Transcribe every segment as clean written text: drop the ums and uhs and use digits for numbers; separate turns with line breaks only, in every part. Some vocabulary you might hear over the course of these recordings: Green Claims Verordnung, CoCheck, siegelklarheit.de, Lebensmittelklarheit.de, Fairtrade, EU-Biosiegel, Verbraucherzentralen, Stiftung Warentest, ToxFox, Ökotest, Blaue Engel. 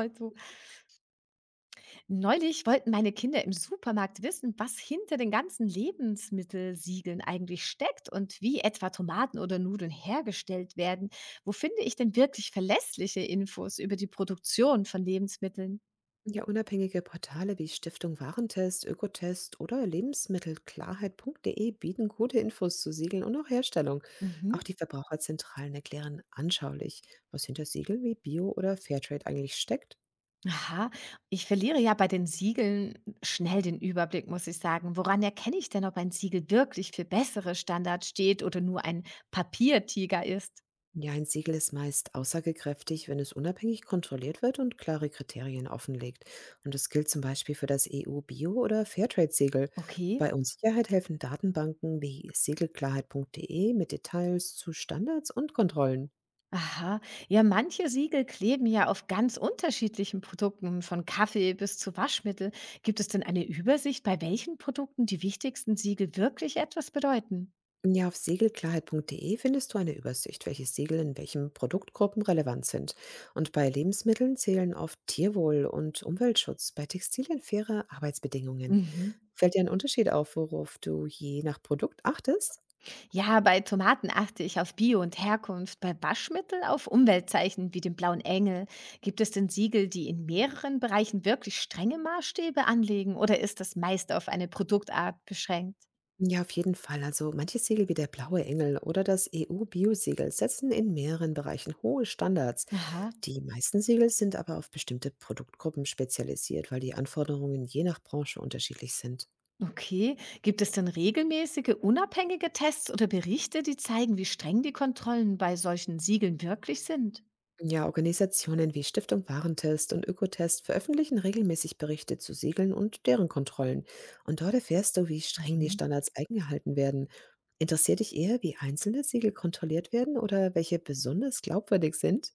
Also, neulich wollten meine Kinder im Supermarkt wissen, was hinter den ganzen Lebensmittelsiegeln eigentlich steckt und wie etwa Tomaten oder Nudeln hergestellt werden. Wo finde ich denn wirklich verlässliche Infos über die Produktion von Lebensmitteln?
Ja, unabhängige Portale wie Stiftung Warentest, Ökotest oder Lebensmittelklarheit.de bieten gute Infos zu Siegeln und auch Herstellung. Auch
Mhm.
die Verbraucherzentralen erklären anschaulich, was hinter Siegeln wie Bio oder Fairtrade eigentlich steckt.
Aha, ich verliere ja bei den Siegeln schnell den Überblick, muss ich sagen. Woran erkenne ich denn, ob ein Siegel wirklich für bessere Standards steht oder nur ein Papiertiger ist?
Ja, ein Siegel ist meist aussagekräftig, wenn es unabhängig kontrolliert wird und klare Kriterien offenlegt. Und das gilt zum Beispiel für das EU-Bio- oder Fairtrade-Siegel.
Okay.
Bei Unsicherheit helfen Datenbanken wie siegelklarheit.de mit Details zu Standards und Kontrollen.
Aha, ja, manche Siegel kleben ja auf ganz unterschiedlichen Produkten, von Kaffee bis zu Waschmittel. Gibt es denn eine Übersicht, bei welchen Produkten die wichtigsten Siegel wirklich etwas bedeuten?
Ja, auf segelklarheit.de findest du eine Übersicht, welche Siegel in welchen Produktgruppen relevant sind. Und bei Lebensmitteln zählen oft Tierwohl und Umweltschutz, bei Textilien faire Arbeitsbedingungen.
Mhm.
Fällt dir ein Unterschied auf, worauf du je nach Produkt achtest?
Ja, bei Tomaten achte ich auf Bio und Herkunft, bei Waschmittel auf Umweltzeichen wie den blauen Engel. Gibt es denn Siegel, die in mehreren Bereichen wirklich strenge Maßstäbe anlegen oder ist das meist auf eine Produktart beschränkt?
Ja, auf jeden Fall. Also manche Siegel wie der Blaue Engel oder das EU-Bio-Siegel setzen in mehreren Bereichen hohe Standards.
Aha.
Die meisten Siegel sind aber auf bestimmte Produktgruppen spezialisiert, weil die Anforderungen je nach Branche unterschiedlich sind.
Okay. Gibt es denn regelmäßige, unabhängige Tests oder Berichte, die zeigen, wie streng die Kontrollen bei solchen Siegeln wirklich sind?
Ja, Organisationen wie Stiftung Warentest und Ökotest veröffentlichen regelmäßig Berichte zu Siegeln und deren Kontrollen. Und dort erfährst du, wie streng die
Mhm.
Standards eingehalten werden. Interessiert dich eher, wie einzelne Siegel kontrolliert werden oder welche besonders glaubwürdig sind?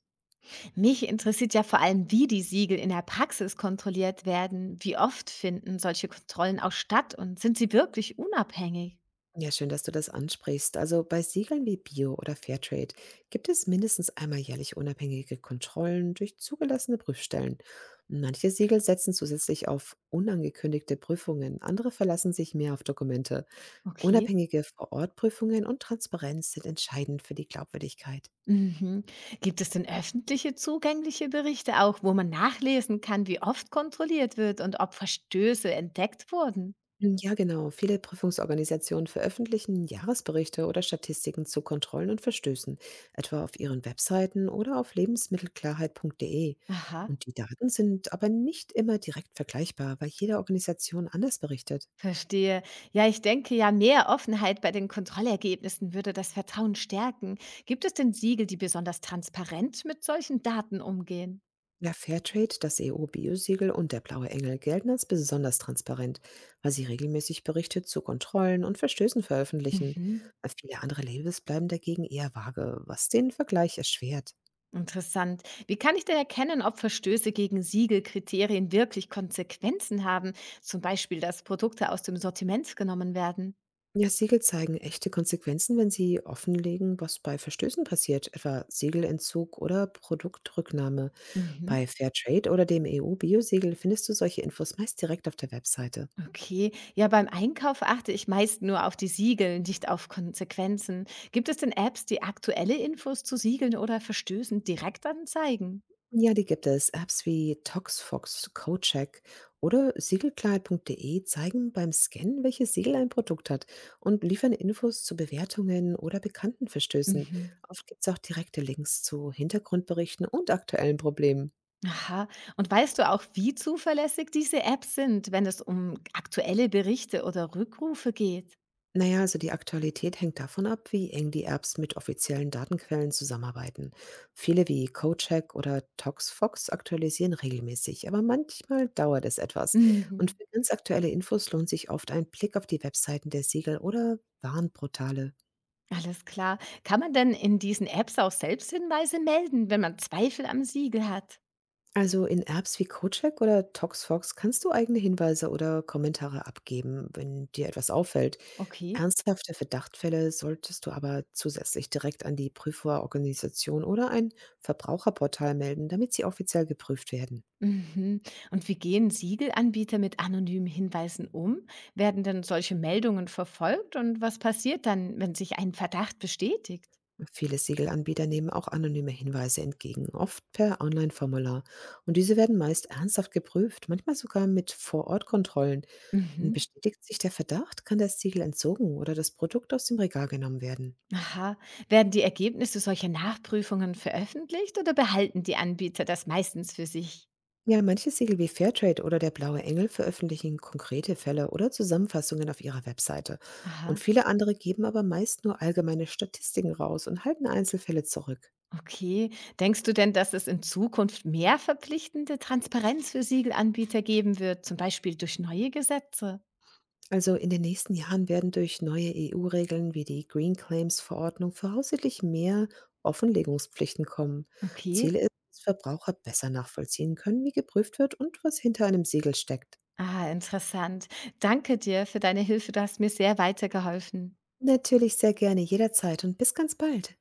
Mich interessiert ja vor allem, wie die Siegel in der Praxis kontrolliert werden. Wie oft finden solche Kontrollen auch statt und sind sie wirklich unabhängig?
Ja, schön, dass du das ansprichst. Also bei Siegeln wie Bio oder Fairtrade gibt es mindestens einmal jährlich unabhängige Kontrollen durch zugelassene Prüfstellen. Manche Siegel setzen zusätzlich auf unangekündigte Prüfungen, andere verlassen sich mehr auf Dokumente.
Okay.
Unabhängige Vor-Ort-Prüfungen und Transparenz sind entscheidend für die Glaubwürdigkeit.
Mhm. Gibt es denn öffentliche zugängliche Berichte auch, wo man nachlesen kann, wie oft kontrolliert wird und ob Verstöße entdeckt wurden?
Ja, genau. Viele Prüfungsorganisationen veröffentlichen Jahresberichte oder Statistiken zu Kontrollen und Verstößen, etwa auf ihren Webseiten oder auf lebensmittelklarheit.de.
Aha.
Und die Daten sind aber nicht immer direkt vergleichbar, weil jede Organisation anders berichtet.
Verstehe. Ja, ich denke ja, mehr Offenheit bei den Kontrollergebnissen würde das Vertrauen stärken. Gibt es denn Siegel, die besonders transparent mit solchen Daten umgehen?
Ja, Fairtrade, das EU-Biosiegel und der Blaue Engel gelten als besonders transparent, weil sie regelmäßig Berichte zu Kontrollen und Verstößen veröffentlichen.
Mhm.
Viele andere Labels bleiben dagegen eher vage, was den Vergleich erschwert.
Interessant. Wie kann ich denn erkennen, ob Verstöße gegen Siegelkriterien wirklich Konsequenzen haben? Zum Beispiel, dass Produkte aus dem Sortiment genommen werden.
Ja, Siegel zeigen echte Konsequenzen, wenn sie offenlegen, was bei Verstößen passiert, etwa Siegelentzug oder Produktrücknahme.
Mhm.
Bei Fairtrade oder dem EU-Biosiegel findest du solche Infos meist direkt auf der Webseite.
Okay, ja, beim Einkauf achte ich meist nur auf die Siegel, nicht auf Konsequenzen. Gibt es denn Apps, die aktuelle Infos zu Siegeln oder Verstößen direkt anzeigen?
Ja, die gibt es. Apps wie ToxFox, CoCheck oder siegelklarheit.de zeigen beim Scannen, welches Siegel ein Produkt hat und liefern Infos zu Bewertungen oder bekannten Verstößen.
Mhm.
Oft gibt es auch direkte Links zu Hintergrundberichten und aktuellen Problemen.
Aha, und weißt du auch, wie zuverlässig diese Apps sind, wenn es um aktuelle Berichte oder Rückrufe geht?
Na ja, also die Aktualität hängt davon ab, wie eng die Apps mit offiziellen Datenquellen zusammenarbeiten. Viele wie CoCheck oder ToxFox aktualisieren regelmäßig, aber manchmal dauert es etwas. Und
Mhm.
für ganz aktuelle Infos lohnt sich oft ein Blick auf die Webseiten der Siegel oder Warnportale.
Alles klar. Kann man denn in diesen Apps auch Selbsthinweise melden, wenn man Zweifel am Siegel hat?
Also in Apps wie CoCheck oder ToxFox kannst du eigene Hinweise oder Kommentare abgeben, wenn dir etwas auffällt.
Okay.
Ernsthafte Verdachtfälle solltest du aber zusätzlich direkt an die Prüforganisation oder ein Verbraucherportal melden, damit sie offiziell geprüft werden.
Mhm. Und wie gehen Siegelanbieter mit anonymen Hinweisen um? Werden denn solche Meldungen verfolgt? Und was passiert dann, wenn sich ein Verdacht bestätigt?
Viele Siegelanbieter nehmen auch anonyme Hinweise entgegen, oft per Online-Formular. Und diese werden meist ernsthaft geprüft, manchmal sogar mit Vor-Ort-Kontrollen. Und
Mhm.
bestätigt sich der Verdacht, kann das Siegel entzogen oder das Produkt aus dem Regal genommen werden.
Aha. Werden die Ergebnisse solcher Nachprüfungen veröffentlicht oder behalten die Anbieter das meistens für sich?
Ja, manche Siegel wie Fairtrade oder der Blaue Engel veröffentlichen konkrete Fälle oder Zusammenfassungen auf ihrer Webseite. Und
Aha.
viele andere geben aber meist nur allgemeine Statistiken raus und halten Einzelfälle zurück.
Okay. Denkst du denn, dass es in Zukunft mehr verpflichtende Transparenz für Siegelanbieter geben wird, zum Beispiel durch neue Gesetze?
Also in den nächsten Jahren werden durch neue EU-Regeln wie die Green Claims Verordnung voraussichtlich mehr Offenlegungspflichten kommen.
Okay.
Ziel ist, dass Verbraucher besser nachvollziehen können, wie geprüft wird und was hinter einem Siegel steckt.
Ah, interessant. Danke dir für deine Hilfe. Du hast mir sehr weitergeholfen.
Natürlich sehr gerne, jederzeit, und bis ganz bald.